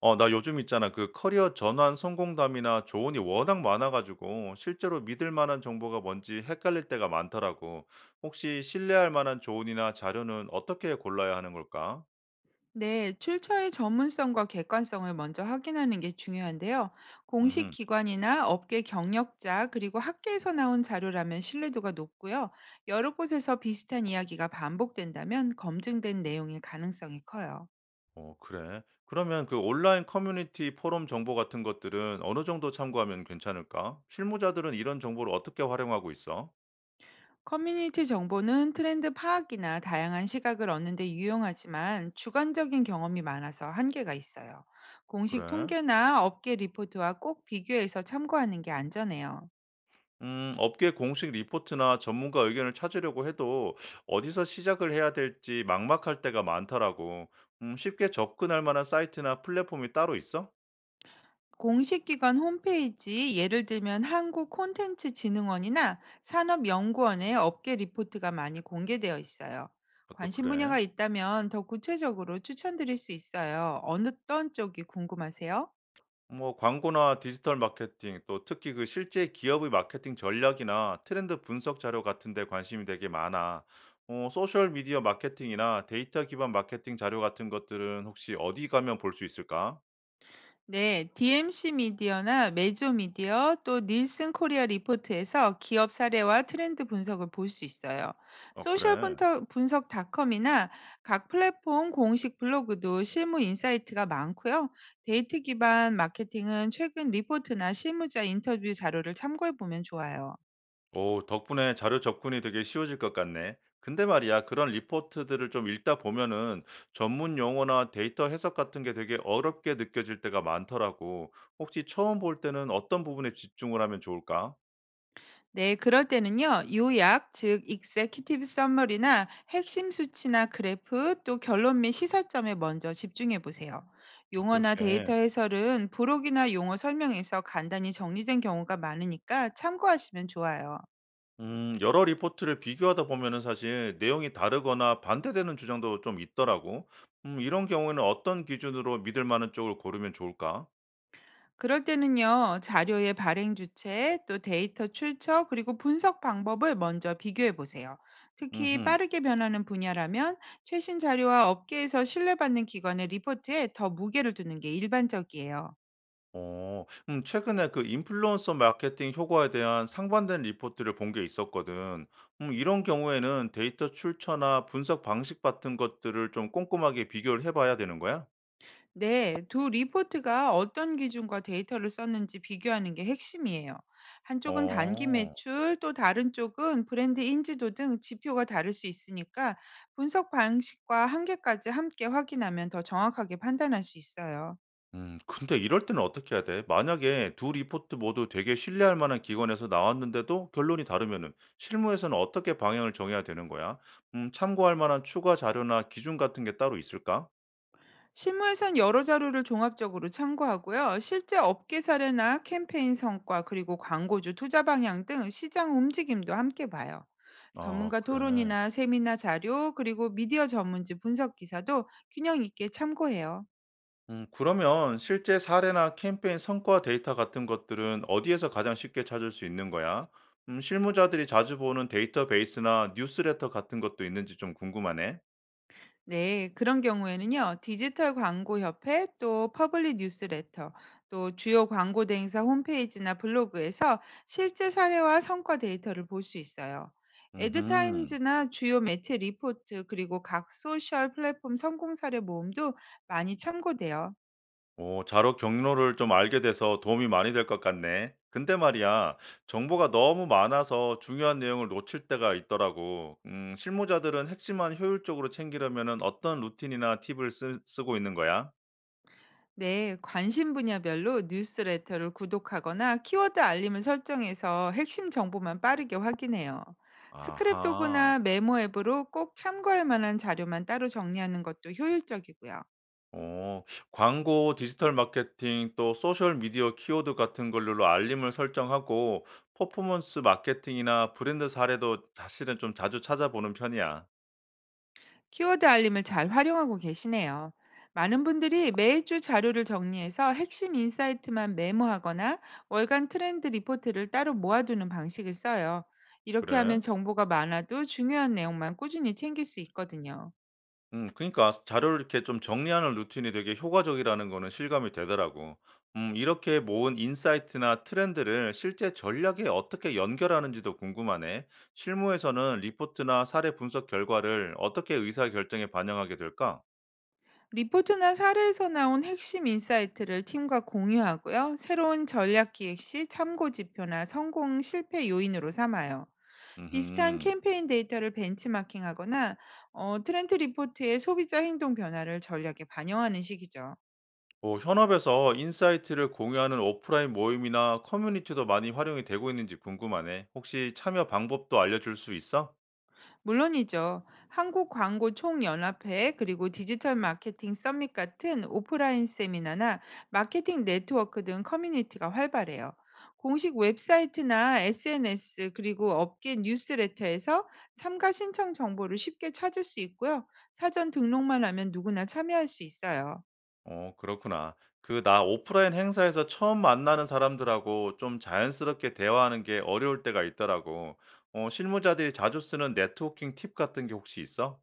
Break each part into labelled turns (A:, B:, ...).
A: 나 요즘 있잖아. 그 커리어 전환 성공담이나 조언이 워낙 많아가지고 실제로 믿을 만한 정보가 뭔지 헷갈릴 때가 많더라고. 혹시 신뢰할 만한 조언이나 자료는 어떻게 골라야 하는 걸까?
B: 네, 출처의 전문성과 객관성을 먼저 확인하는 게 중요한데요. 공식
A: 음.
B: 기관이나 업계 경력자, 그리고 학계에서 나온 자료라면 신뢰도가 높고요. 여러 곳에서 비슷한 이야기가 반복된다면 검증된 내용일 가능성이 커요.
A: 그래. 그러면 그 온라인 커뮤니티 포럼 정보 같은 것들은 어느 정도 참고하면 괜찮을까? 실무자들은 이런 정보를 어떻게 활용하고 있어?
B: 커뮤니티 정보는 트렌드 파악이나 다양한 시각을 얻는 데 유용하지만 주관적인 경험이 많아서 한계가 있어요. 공식
A: 그래.
B: 통계나 업계 리포트와 꼭 비교해서 참고하는 게 안전해요.
A: 업계 공식 리포트나 전문가 의견을 찾으려고 해도 어디서 시작을 해야 될지 막막할 때가 많더라고. 쉽게 접근할 만한 사이트나 플랫폼이 따로 있어?
B: 공식 기관 홈페이지, 예를 들면 한국 콘텐츠 진흥원이나 산업연구원의 업계 리포트가 많이 공개되어 있어요.
A: 아, 또
B: 관심
A: 그래.
B: 분야가 있다면 더 구체적으로 추천드릴 수 있어요. 어느 어떤 쪽이 궁금하세요?
A: 뭐 광고나 디지털 마케팅, 또 특히 그 실제 기업의 마케팅 전략이나 트렌드 분석 자료 같은 데 관심이 되게 많아. 소셜 미디어 마케팅이나 데이터 기반 마케팅 자료 같은 것들은 혹시 어디 가면 볼 수 있을까?
B: 네, DMC 미디어나 메조 미디어 또 닐슨 코리아 리포트에서 기업 사례와 트렌드 분석을 볼 수 있어요. 소셜
A: 그래.
B: 분석, 분석닷컴이나 각 플랫폼 공식 블로그도 실무 인사이트가 많고요. 데이트 기반 마케팅은 최근 리포트나 실무자 인터뷰 자료를 참고해 보면 좋아요.
A: 오, 덕분에 자료 접근이 되게 쉬워질 것 같네. 근데 말이야, 그런 리포트들을 좀 읽다 보면은 전문 용어나 데이터 해석 같은 게 되게 어렵게 느껴질 때가 많더라고. 혹시 처음 볼 때는 어떤 부분에 집중을 하면 좋을까?
B: 네, 그럴 때는요, 요약, 즉, executive summary나 핵심 수치나 그래프, 또 결론 및 시사점에 먼저 집중해 보세요.
A: 아,
B: 용어나 데이터
A: 그렇게.
B: 해설은 부록이나 용어 설명에서 간단히 정리된 경우가 많으니까 참고하시면 좋아요.
A: 여러 리포트를 비교하다 보면은 사실 내용이 다르거나 반대되는 주장도 좀 있더라고. 이런 경우에는 어떤 기준으로 믿을 만한 쪽을 고르면 좋을까?
B: 그럴 때는요, 자료의 발행 주체, 또 데이터 출처, 그리고 분석 방법을 먼저 비교해 보세요. 특히
A: 음
B: 빠르게 변하는 분야라면 최신 자료와 업계에서 신뢰받는 기관의 리포트에 더 무게를 두는 게 일반적이에요.
A: 최근에 그 인플루언서 마케팅 효과에 대한 상반된 리포트를 본 게 있었거든. 이런 경우에는 데이터 출처나 분석 방식 같은 것들을 좀 꼼꼼하게 비교를 해봐야 되는 거야?
B: 네, 두 리포트가 어떤 기준과 데이터를 썼는지 비교하는 게 핵심이에요. 한쪽은 단기
A: 어,
B: 매출, 또 다른 쪽은 브랜드 인지도 등 지표가 다를 수 있으니까 분석 방식과 한계까지 함께 확인하면 더 정확하게 판단할 수 있어요.
A: 근데 이럴 때는 어떻게 해야 돼? 만약에 두 리포트 모두 되게 신뢰할 만한 기관에서 나왔는데도 결론이 다르면은 실무에서는 어떻게 방향을 정해야 되는 거야? 참고할 만한 추가 자료나 기준 같은 게 따로 있을까?
B: 실무에선 여러 자료를 종합적으로 참고하고요. 실제 업계 사례나 캠페인 성과 그리고 광고주 투자 방향 등 시장 움직임도 함께 봐요.
A: 아,
B: 전문가
A: 그래.
B: 토론이나 세미나 자료 그리고 미디어 전문지 분석 기사도 균형 있게 참고해요.
A: 그러면 실제 사례나 캠페인 성과 데이터 같은 것들은 어디에서 가장 쉽게 찾을 수 있는 거야? 실무자들이 자주 보는 데이터베이스나 뉴스레터 같은 것도 있는지 좀 궁금하네.
B: 네, 그런 경우에는요, 디지털 광고 협회, 또 퍼블릭 뉴스레터, 또 주요 광고 대행사 홈페이지나 블로그에서 실제 사례와 성과 데이터를 볼 수 있어요.
A: 음.
B: 애드타임즈나 주요 매체 리포트, 그리고 각 소셜 플랫폼 성공 사례 모음도 많이 참고돼요.
A: 오, 자료 경로를 좀 알게 돼서 도움이 많이 될 것 같네. 근데 말이야, 정보가 너무 많아서 중요한 내용을 놓칠 때가 있더라고. 실무자들은 핵심만 효율적으로 챙기려면 어떤 루틴이나 팁을 쓰, 쓰고 있는 거야?
B: 네, 관심 분야별로 뉴스레터를 구독하거나 키워드 알림을 설정해서 핵심 정보만 빠르게 확인해요.
A: 아하.
B: 스크랩도구나 메모 앱으로 꼭 참고할 만한 자료만 따로 정리하는 것도 효율적이고요.
A: 어. 광고, 디지털 마케팅 또 소셜 미디어 키워드 같은 걸로 알림을 설정하고 퍼포먼스 마케팅이나 브랜드 사례도 사실은 좀 자주 찾아보는 편이야.
B: 키워드 알림을 잘 활용하고 계시네요. 많은 분들이 매주 자료를 정리해서 핵심 인사이트만 메모하거나 월간 트렌드 리포트를 따로 모아두는 방식을 써요. 이렇게
A: 그래?
B: 하면 정보가 많아도 중요한 내용만 꾸준히 챙길 수 있거든요.
A: 그니까 자료를 이렇게 좀 정리하는 루틴이 되게 효과적이라는 거는 실감이 되더라고. 이렇게 모은 인사이트나 트렌드를 실제 전략에 어떻게 연결하는지도 궁금하네. 실무에서는 리포트나 사례 분석 결과를 어떻게 의사결정에 반영하게 될까?
B: 리포트나 사례에서 나온 핵심 인사이트를 팀과 공유하고요. 새로운 전략 기획 시 참고 지표나 성공 실패 요인으로 삼아요. 비슷한
A: 음흠.
B: 캠페인 데이터를 벤치마킹 하거나 트렌드 리포트의 소비자 행동 변화를 전략에 반영하는 식이죠.
A: 뭐 현업에서 인사이트를 공유하는 오프라인 모임이나 커뮤니티도 많이 활용이 되고 있는지 궁금하네. 혹시 참여 방법도 알려줄 수 있어?
B: 물론이죠. 한국광고총연합회 그리고 디지털 마케팅 서밋 같은 오프라인 세미나나 마케팅 네트워크 등 커뮤니티가 활발해요. 공식 웹사이트나 SNS 그리고 업계 뉴스레터에서 참가 신청 정보를 쉽게 찾을 수 있고요. 사전 등록만 하면 누구나 참여할 수 있어요.
A: 그렇구나. 나 오프라인 행사에서 처음 만나는 사람들하고 좀 자연스럽게 대화하는 게 어려울 때가 있더라고. 실무자들이 자주 쓰는 네트워킹 팁 같은 게 혹시 있어?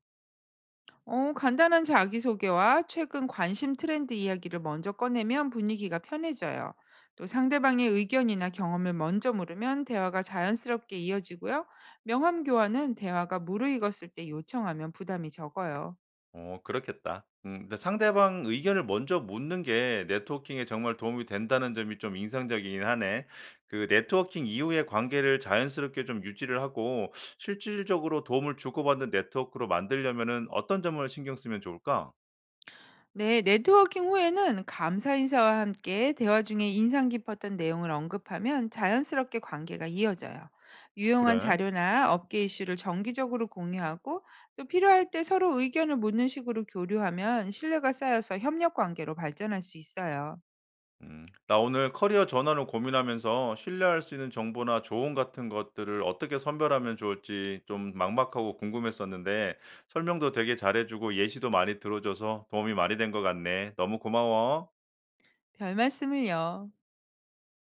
B: 간단한 자기소개와 최근 관심 트렌드 이야기를 먼저 꺼내면 분위기가 편해져요. 또 상대방의 의견이나 경험을 먼저 물으면 대화가 자연스럽게 이어지고요. 명함 교환은 대화가 무르익었을 때 요청하면 부담이 적어요.
A: 그렇겠다. 근데 상대방 의견을 먼저 묻는 게 네트워킹에 정말 도움이 된다는 점이 좀 인상적이긴 하네. 그 네트워킹 이후의 관계를 자연스럽게 좀 유지를 하고 실질적으로 도움을 주고받는 네트워크로 만들려면은 어떤 점을 신경 쓰면 좋을까?
B: 네, 네트워킹 후에는 감사 인사와 함께 대화 중에 인상 깊었던 내용을 언급하면 자연스럽게 관계가 이어져요. 유용한
A: 그래.
B: 자료나 업계 이슈를 정기적으로 공유하고 또 필요할 때 서로 의견을 묻는 식으로 교류하면 신뢰가 쌓여서 협력 관계로 발전할 수 있어요.
A: 나 오늘 커리어 전환을 고민하면서 신뢰할 수 있는 정보나 조언 같은 것들을 어떻게 선별하면 좋을지 좀 막막하고 궁금했었는데 설명도 되게 잘해주고 예시도 많이 들어줘서 도움이 많이 된 것 같네. 너무 고마워.
B: 별 말씀을요.